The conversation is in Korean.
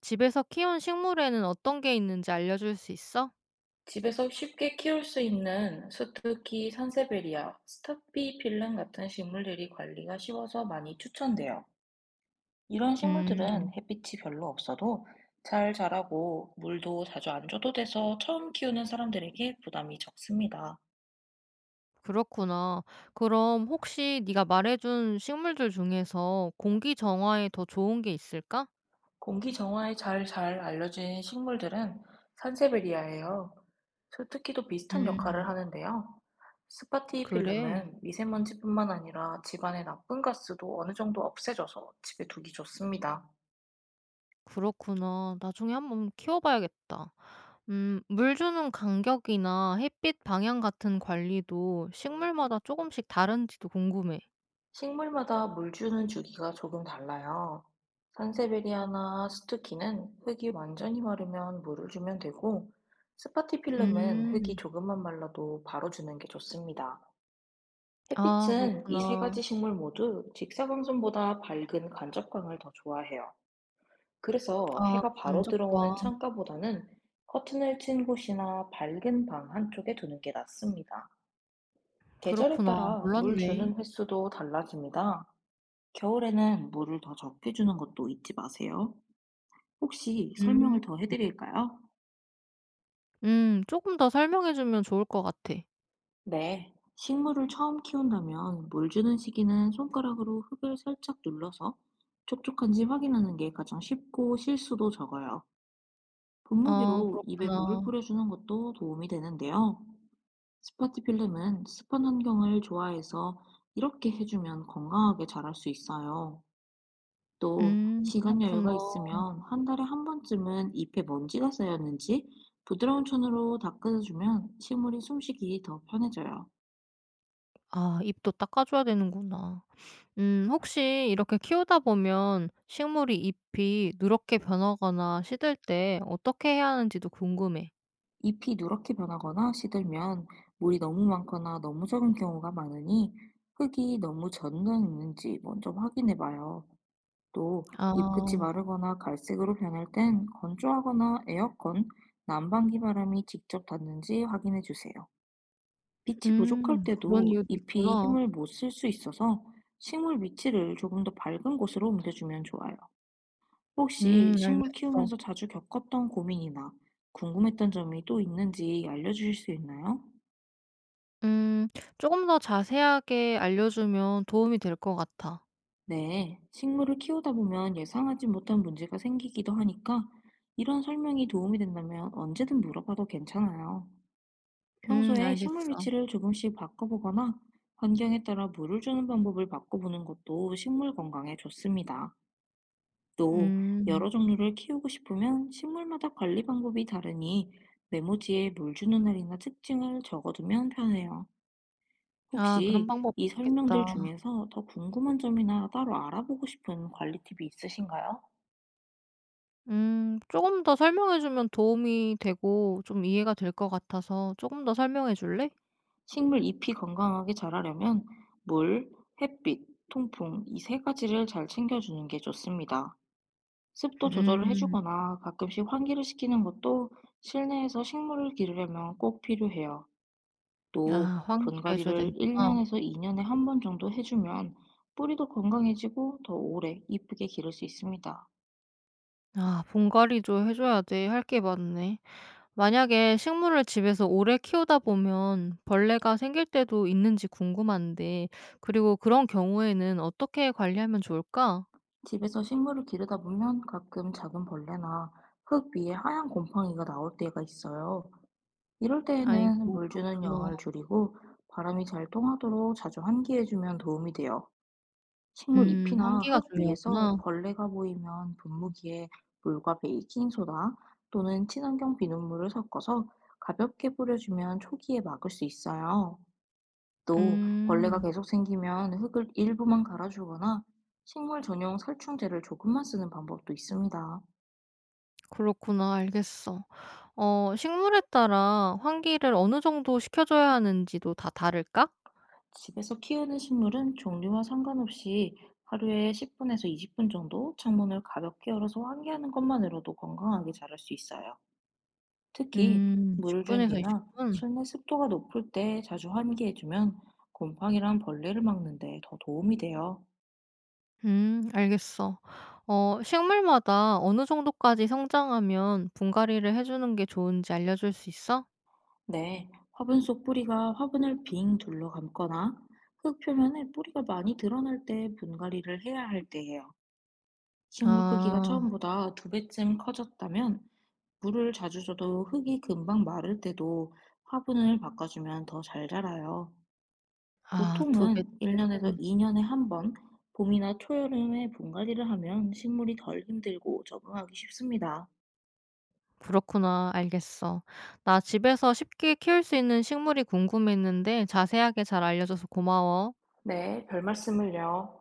집에서 키운 식물에는 어떤 게 있는지 알려줄 수 있어? 집에서 쉽게 키울 수 있는 수투키 산세베리아, 스타피 필름 같은 식물들이 관리가 쉬워서 많이 추천돼요. 이런 음, 식물들은 햇빛이 별로 없어도 잘 자라고 물도 자주 안 줘도 돼서 처음 키우는 사람들에게 부담이 적습니다. 그렇구나. 그럼 혹시 네가 말해준 식물들 중에서 공기 정화에 더 좋은 게 있을까? 공기 정화에 잘 알려진 식물들은 산세베리아예요. 소특기도 비슷한 역할을 음, 하는데요. 그래. 스파티필름은 미세먼지뿐만 아니라 집안의 나쁜 가스도 어느 정도 없애줘서 집에 두기 좋습니다. 그렇구나. 나중에 한번 키워봐야겠다. 물 주는 간격이나 햇빛 방향 같은 관리도 식물마다 조금씩 다른지도 궁금해. 식물마다 물 주는 주기가 조금 달라요. 산세베리아나 스투키는 흙이 완전히 마르면 물을 주면 되고, 스파티필름은 흙이 음, 조금만 말라도 바로 주는 게 좋습니다. 아, 햇빛은 이 세 가지 그렇구나. 식물 모두 직사광선보다 밝은 간접광을 더 좋아해요. 그래서 아, 해가 바로 간접과. 들어오는 창가보다는 커튼을 친 곳이나 밝은 방 한쪽에 두는 게 낫습니다. 계절에 그렇구나. 따라 물 몰랐네. 주는 횟수도 달라집니다. 겨울에는 물을 더 적게 주는 것도 잊지 마세요. 혹시 음. 설명을 더 해드릴까요? 조금 더 설명해 주면 좋을 것 같아. 네. 식물을 처음 키운다면 물 주는 시기는 손가락으로 흙을 살짝 눌러서 촉촉한지 확인하는 게 가장 쉽고 실수도 적어요. 아 분무기로 입에 물을 그렇구나. 뿌려주는 것도 도움이 되는데요. 스파티 필름은 습한 환경을 좋아해서 이렇게 해주면 건강하게 자랄 수 있어요. 또 시간 그렇구나. 여유가 있으면 한 달에 한 번쯤은 잎에 먼지가 쌓였는지 부드러운 천으로 닦아주면 식물이 숨쉬기 더 편해져요. 아 잎도 닦아 줘야 되는구나. 혹시 이렇게 키우다 보면 식물이 잎이 누렇게 변하거나 시들 때 어떻게 해야 하는지도 궁금해. 잎이 누렇게 변하거나 시들면 물이 너무 많거나 너무 적은 경우가 많으니 흙이 너무 젖는 있는지 먼저 확인해 봐요. 또 잎끝이 아. 마르거나 갈색으로 변할 땐 건조하거나 에어컨, 난방기 바람이 직접 닿는지 확인해 주세요. 빛이 부족할 음. 그런 때도 이유도 잎이 있구나. 힘을 못 쓸 수 있어서 식물 위치를 조금 더 밝은 곳으로 옮겨주면 좋아요. 혹시 식물 알겠어. 키우면서 자주 겪었던 고민이나 궁금했던 점이 또 있는지 알려주실 수 있나요? 음. 조금 더 자세하게 알려주면 도움이 될 것 같아. 네, 식물을 키우다 보면 예상하지 못한 문제가 생기기도 하니까 이런 설명이 도움이 된다면 언제든 물어봐도 괜찮아요. 평소에 식물 알겠어. 위치를 조금씩 바꿔보거나 환경에 따라 물을 주는 방법을 바꿔보는 것도 식물 건강에 좋습니다. 또 음. 여러 종류를 키우고 싶으면 식물마다 관리 방법이 다르니 메모지에 물 주는 날이나 특징을 적어두면 편해요. 아 그런 혹시 방법도 이 설명들 있겠다. 중에서 더 궁금한 점이나 따로 알아보고 싶은 관리 팁이 있으신가요? 조금 더 설명해 주면 도움이 되고 좀 이해가 될 것 같아서 조금 더 설명해 줄래? 식물 잎이 건강하게 자라려면 물, 햇빛, 통풍 이 세 가지를 잘 챙겨주는 게 좋습니다. 습도 조절을 음. 해주거나 가끔씩 환기를 시키는 것도 실내에서 식물을 기르려면 꼭 필요해요. 또 아 환기를 해 줘야 분갈이를 되는구나. 1년에서 2년에 한 번 정도 해주면 뿌리도 건강해지고 더 오래 이쁘게 기를 수 있습니다. 아 분갈이도 해 줘야 돼. 할 게 많네. 만약에 식물을 집에서 오래 키우다 보면 벌레가 생길 때도 있는지 궁금한데 그리고 그런 경우에는 어떻게 관리하면 좋을까? 집에서 식물을 기르다 보면 가끔 작은 벌레나 흙 위에 하얀 곰팡이가 나올 때가 있어요. 이럴 때에는 아이고, 물 주는 그렇구나. 양을 줄이고 바람이 잘 통하도록 자주 환기해주면 도움이 돼요. 식물 잎이나 환기가 흙 위에서 중요하구나. 벌레가 보이면 분무기에 물과 베이킹소다 또는 친환경 비눗물을 섞어서 가볍게 뿌려주면 초기에 막을 수 있어요. 또 벌레가 음. 계속 생기면 흙을 일부만 갈아주거나 식물 전용 살충제를 조금만 쓰는 방법도 있습니다. 그렇구나. 알겠어. 어 식물에 따라 환기를 어느 정도 시켜줘야 하는지도 다 다를까? 집에서 키우는 식물은 종류와 상관없이 하루에 10분에서 20분 정도 창문을 가볍게 열어서 환기하는 것만으로도 건강하게 자랄 수 있어요. 특히 물을 준 10분에서 20분 뒤나 분? 실내 습도가 높을 때 자주 환기해주면 곰팡이랑 벌레를 막는데 더 도움이 돼요. 알겠어. 어 식물마다 어느 정도까지 성장하면 분갈이를 해 주는 게 좋은지 알려줄 수 있어? 네, 화분 속 뿌리가 화분을 빙 둘러 감거나 흙 표면에 뿌리가 많이 드러날 때 분갈이를 해야 할 때예요. 식물 크기가 아. 처음보다 두 배쯤 커졌다면 물을 자주 줘도 흙이 금방 마를 때도 화분을 바꿔주면 더 잘 자라요. 아 두 보통은 1년에서 배쯤. 2년에 한 번 봄이나 초여름에 분갈리를 하면 식물이 덜 힘들고 적응하기 쉽습니다. 그렇구나. 알겠어. 나 집에서 쉽게 키울 수 있는 식물이 궁금했는데 자세하게 잘 알려줘서 고마워. 네, 별 말씀을요.